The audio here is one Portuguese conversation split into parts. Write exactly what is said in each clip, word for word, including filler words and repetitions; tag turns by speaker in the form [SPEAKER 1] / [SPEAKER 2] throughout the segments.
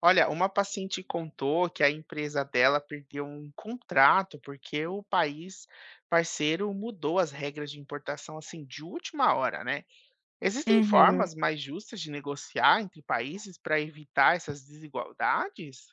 [SPEAKER 1] Olha, uma paciente contou que a empresa dela perdeu um contrato porque o país parceiro mudou as regras de importação, assim, de última hora, né? Existem
[SPEAKER 2] Uhum.
[SPEAKER 1] formas mais justas de negociar entre países para evitar essas desigualdades?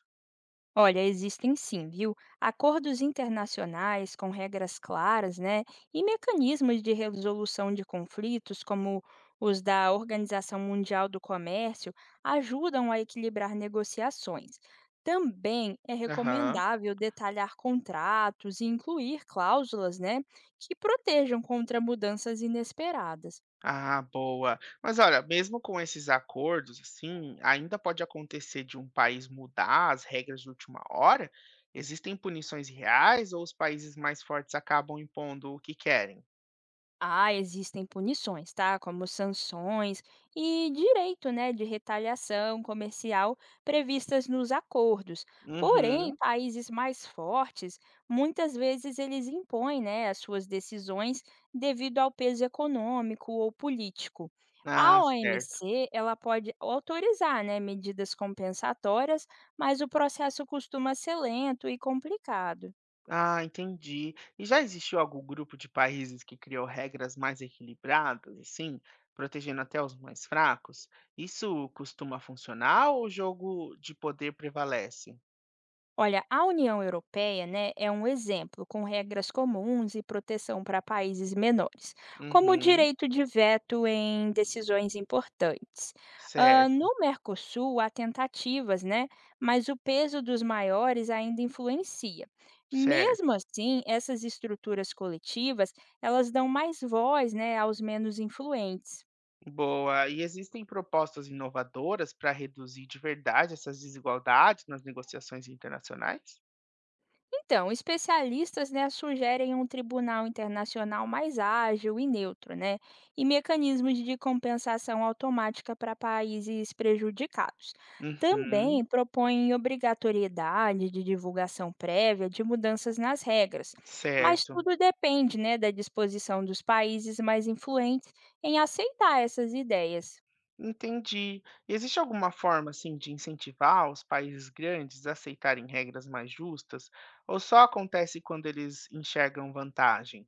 [SPEAKER 2] Olha, existem sim, viu? Acordos internacionais com regras claras, né? E mecanismos de resolução de conflitos, como os da Organização Mundial do Comércio, ajudam a equilibrar negociações. Também é
[SPEAKER 1] Aham.
[SPEAKER 2] recomendável detalhar contratos e incluir cláusulas, né, que protejam contra mudanças inesperadas.
[SPEAKER 1] Ah, boa. Mas olha, mesmo com esses acordos, assim, ainda pode acontecer de um país mudar as regras de última hora? Existem punições reais ou os países mais fortes acabam impondo o que querem?
[SPEAKER 2] Ah, existem punições, tá? Como sanções e direito, né, de retaliação comercial previstas nos acordos. Porém,
[SPEAKER 1] Uhum.
[SPEAKER 2] países mais fortes, muitas vezes eles impõem, né, as suas decisões devido ao peso econômico ou político.
[SPEAKER 1] Ah,
[SPEAKER 2] A
[SPEAKER 1] certo.
[SPEAKER 2] O M C, ela pode autorizar, né, medidas compensatórias, mas o processo costuma ser lento e complicado.
[SPEAKER 1] Ah, entendi. E já existiu algum grupo de países que criou regras mais equilibradas, assim, protegendo até os mais fracos? Isso costuma funcionar ou o jogo de poder prevalece?
[SPEAKER 2] Olha, a União Europeia, né, é um exemplo, com regras comuns e proteção para países menores, como o
[SPEAKER 1] Uhum.
[SPEAKER 2] direito de veto em decisões importantes. Ah,
[SPEAKER 1] Certo,
[SPEAKER 2] no Mercosul, há tentativas, né, mas o peso dos maiores ainda influencia. Mesmo
[SPEAKER 1] certo.
[SPEAKER 2] assim, essas estruturas coletivas, elas dão mais voz, né, aos menos influentes.
[SPEAKER 1] Boa. E existem propostas inovadoras para reduzir de verdade essas desigualdades nas negociações internacionais?
[SPEAKER 2] Então, especialistas né, sugerem um tribunal internacional mais ágil e neutro, né? E mecanismos de compensação automática para países prejudicados.
[SPEAKER 1] Uhum.
[SPEAKER 2] Também propõem obrigatoriedade de divulgação prévia de mudanças nas regras, mas
[SPEAKER 1] Certo.
[SPEAKER 2] tudo depende né, da disposição dos países mais influentes em aceitar essas ideias.
[SPEAKER 1] Entendi. E existe alguma forma, assim, de incentivar os países grandes a aceitarem regras mais justas, ou só acontece quando eles enxergam vantagem?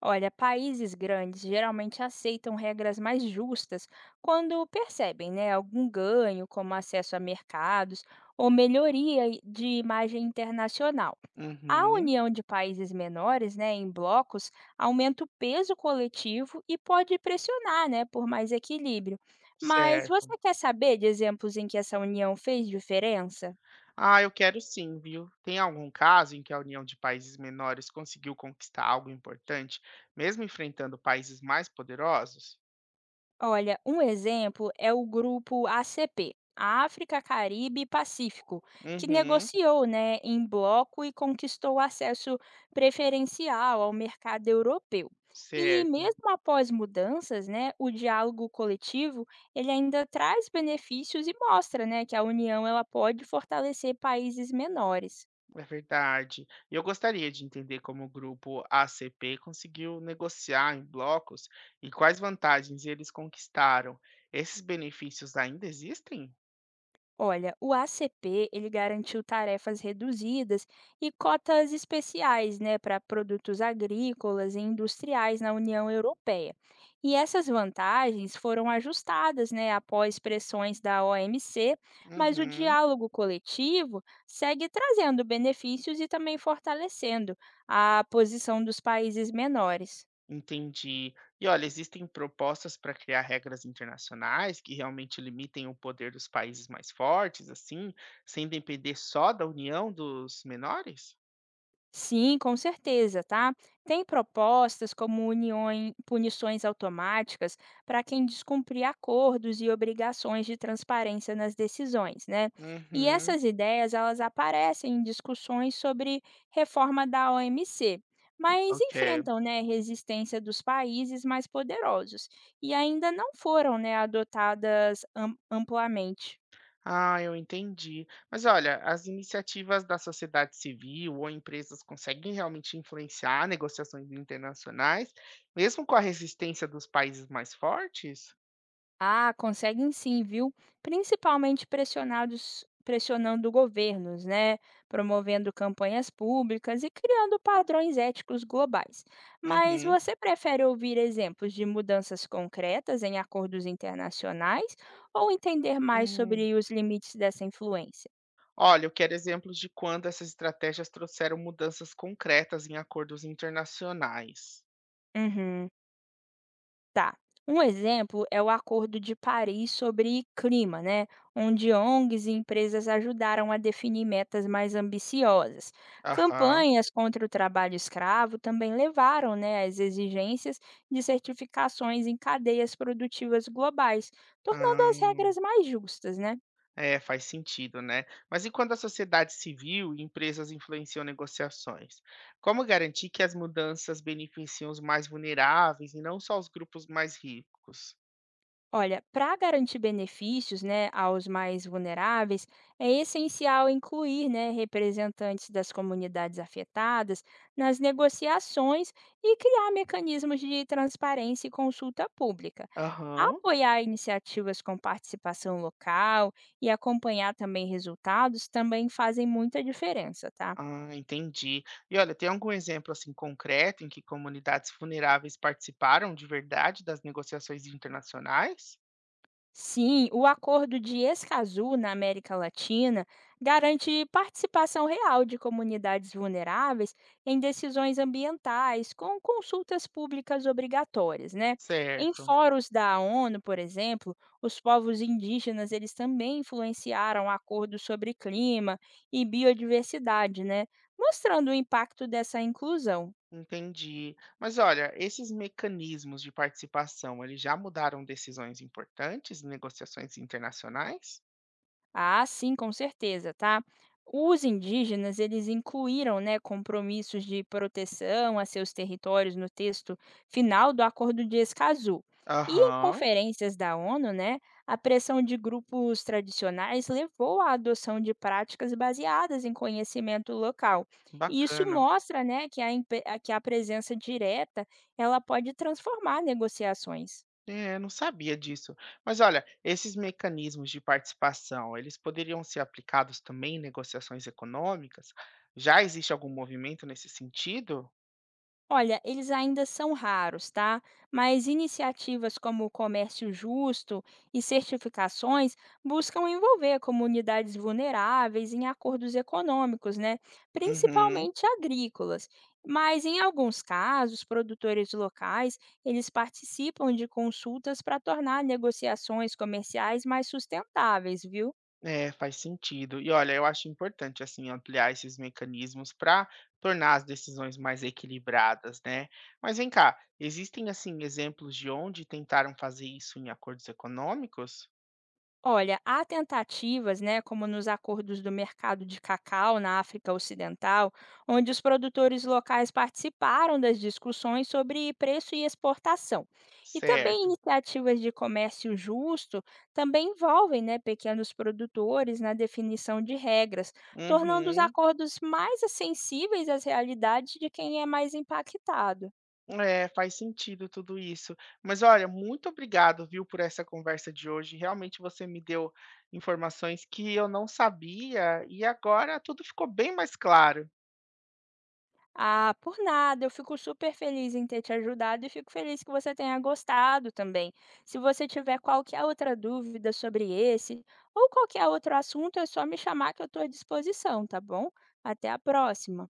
[SPEAKER 2] Olha, países grandes geralmente aceitam regras mais justas quando percebem né, algum ganho, como acesso a mercados ou melhoria i- de imagem internacional. A
[SPEAKER 1] Uhum,
[SPEAKER 2] união de países menores né, em blocos aumenta o peso coletivo e pode pressionar né, por mais equilíbrio. Mas
[SPEAKER 1] certo.
[SPEAKER 2] você quer saber de exemplos em que essa união fez diferença?
[SPEAKER 1] Ah, eu quero sim, viu? Tem algum caso em que a união de países menores conseguiu conquistar algo importante, mesmo enfrentando países mais poderosos?
[SPEAKER 2] Olha, um exemplo é o grupo A C P, África, Caribe e Pacífico, que
[SPEAKER 1] Uhum,
[SPEAKER 2] negociou, né, em bloco e conquistou acesso preferencial ao mercado europeu. E
[SPEAKER 1] certo.
[SPEAKER 2] mesmo após mudanças, né, o diálogo coletivo, ele ainda traz benefícios e mostra, né, que a União ela pode fortalecer países menores.
[SPEAKER 1] É verdade. E eu gostaria de entender como o grupo A C P conseguiu negociar em blocos e quais vantagens eles conquistaram. Esses benefícios ainda existem?
[SPEAKER 2] Olha, o A C P ele garantiu tarefas reduzidas e cotas especiais, né, para produtos agrícolas e industriais na União Europeia. E essas vantagens foram ajustadas, né, após pressões da O M C, mas o
[SPEAKER 1] Uhum,
[SPEAKER 2] diálogo coletivo segue trazendo benefícios e também fortalecendo a posição dos países menores.
[SPEAKER 1] entendi. E olha, existem propostas para criar regras internacionais que realmente limitem o poder dos países mais fortes, assim, sem depender só da união dos menores?
[SPEAKER 2] Sim, com certeza, tá? Tem propostas como uniões, punições automáticas para quem descumprir acordos e obrigações de transparência nas decisões, né? E
[SPEAKER 1] Uhum,
[SPEAKER 2] essas ideias, elas aparecem em discussões sobre reforma da O M C, mas
[SPEAKER 1] ok.
[SPEAKER 2] enfrentam, né, resistência dos países mais poderosos e ainda não foram, né, adotadas am- amplamente.
[SPEAKER 1] Ah, eu entendi. Mas olha, as iniciativas da sociedade civil ou empresas conseguem realmente influenciar negociações internacionais, mesmo com a resistência dos países mais fortes?
[SPEAKER 2] Ah, conseguem sim, viu? Principalmente pressionados, pressionando governos, né? Promovendo campanhas públicas e criando padrões éticos globais. Mas
[SPEAKER 1] Uhum.
[SPEAKER 2] você prefere ouvir exemplos de mudanças concretas em acordos internacionais ou entender mais
[SPEAKER 1] Hum.
[SPEAKER 2] sobre os limites dessa influência?
[SPEAKER 1] Olha, eu quero exemplos de quando essas estratégias trouxeram mudanças concretas em acordos internacionais.
[SPEAKER 2] Uhum. Tá. Um exemplo é o Acordo de Paris sobre clima, né? Onde ONGs e empresas ajudaram a definir metas mais ambiciosas.
[SPEAKER 1] Aham.
[SPEAKER 2] Campanhas contra o trabalho escravo também levaram, né, às exigências de certificações em cadeias produtivas globais, tornando
[SPEAKER 1] Ah.
[SPEAKER 2] as regras mais justas, né?
[SPEAKER 1] É, faz sentido, né? Mas e quando a sociedade civil e empresas influenciam negociações? Como garantir que as mudanças beneficiem os mais vulneráveis e não só os grupos mais ricos?
[SPEAKER 2] Olha, para garantir benefícios, né, aos mais vulneráveis, é essencial incluir, né, representantes das comunidades afetadas nas negociações e criar mecanismos de transparência e consulta pública.
[SPEAKER 1] Aham.
[SPEAKER 2] Apoiar iniciativas com participação local e acompanhar também resultados também fazem muita diferença, tá?
[SPEAKER 1] Ah, entendi. E olha, tem algum exemplo assim concreto em que comunidades vulneráveis participaram de verdade das negociações internacionais?
[SPEAKER 2] Sim, o Acordo de Escazú na América Latina garante participação real de comunidades vulneráveis em decisões ambientais, com consultas públicas obrigatórias, né? Em
[SPEAKER 1] Certo.
[SPEAKER 2] fóruns da ONU, por exemplo, os povos indígenas eles também influenciaram acordos sobre clima e biodiversidade, né? Mostrando o impacto dessa inclusão.
[SPEAKER 1] Entendi. Mas olha, esses mecanismos de participação, eles já mudaram decisões importantes em negociações internacionais?
[SPEAKER 2] Ah, sim, com certeza, tá? Os indígenas, eles incluíram, né, compromissos de proteção a seus territórios no texto final do Acordo de Escazú. E em
[SPEAKER 1] Aham,
[SPEAKER 2] conferências da ONU, né, a pressão de grupos tradicionais levou à adoção de práticas baseadas em conhecimento local. E isso
[SPEAKER 1] bacana.
[SPEAKER 2] mostra, né, que a, impe- a- que a presença direta, ela pode transformar negociações.
[SPEAKER 1] É, não sabia disso. Mas olha, esses mecanismos de participação, eles poderiam ser aplicados também em negociações econômicas? Já existe algum movimento nesse sentido?
[SPEAKER 2] Olha, eles ainda são raros, tá? Mas iniciativas como o comércio justo e certificações buscam envolver comunidades vulneráveis em acordos econômicos, né?
[SPEAKER 1] Uhum,
[SPEAKER 2] Principalmente agrícolas. Mas em alguns casos, produtores locais, eles participam de consultas para tornar negociações comerciais mais sustentáveis, viu?
[SPEAKER 1] é, faz sentido. E olha, eu acho importante, assim, ampliar esses mecanismos para tornar as decisões mais equilibradas, né? Mas vem cá, existem, assim, exemplos de onde tentaram fazer isso em acordos econômicos?
[SPEAKER 2] Olha, há tentativas, né, como nos acordos do mercado de cacau na África Ocidental, onde os produtores locais participaram das discussões sobre preço e exportação. E também
[SPEAKER 1] Certo.
[SPEAKER 2] iniciativas de comércio justo também envolvem, né, pequenos produtores na definição de regras, tornando os
[SPEAKER 1] Uhum.
[SPEAKER 2] acordos mais sensíveis às realidades de quem é mais impactado.
[SPEAKER 1] É, faz sentido tudo isso. Mas olha, muito obrigado, viu, por essa conversa de hoje. Realmente você me deu informações que eu não sabia e agora tudo ficou bem mais claro.
[SPEAKER 2] Ah, por nada. Eu fico super feliz em ter te ajudado e fico feliz que você tenha gostado também. Se você tiver qualquer outra dúvida sobre esse ou qualquer outro assunto, é só me chamar que eu estou à disposição, tá bom? Até a próxima.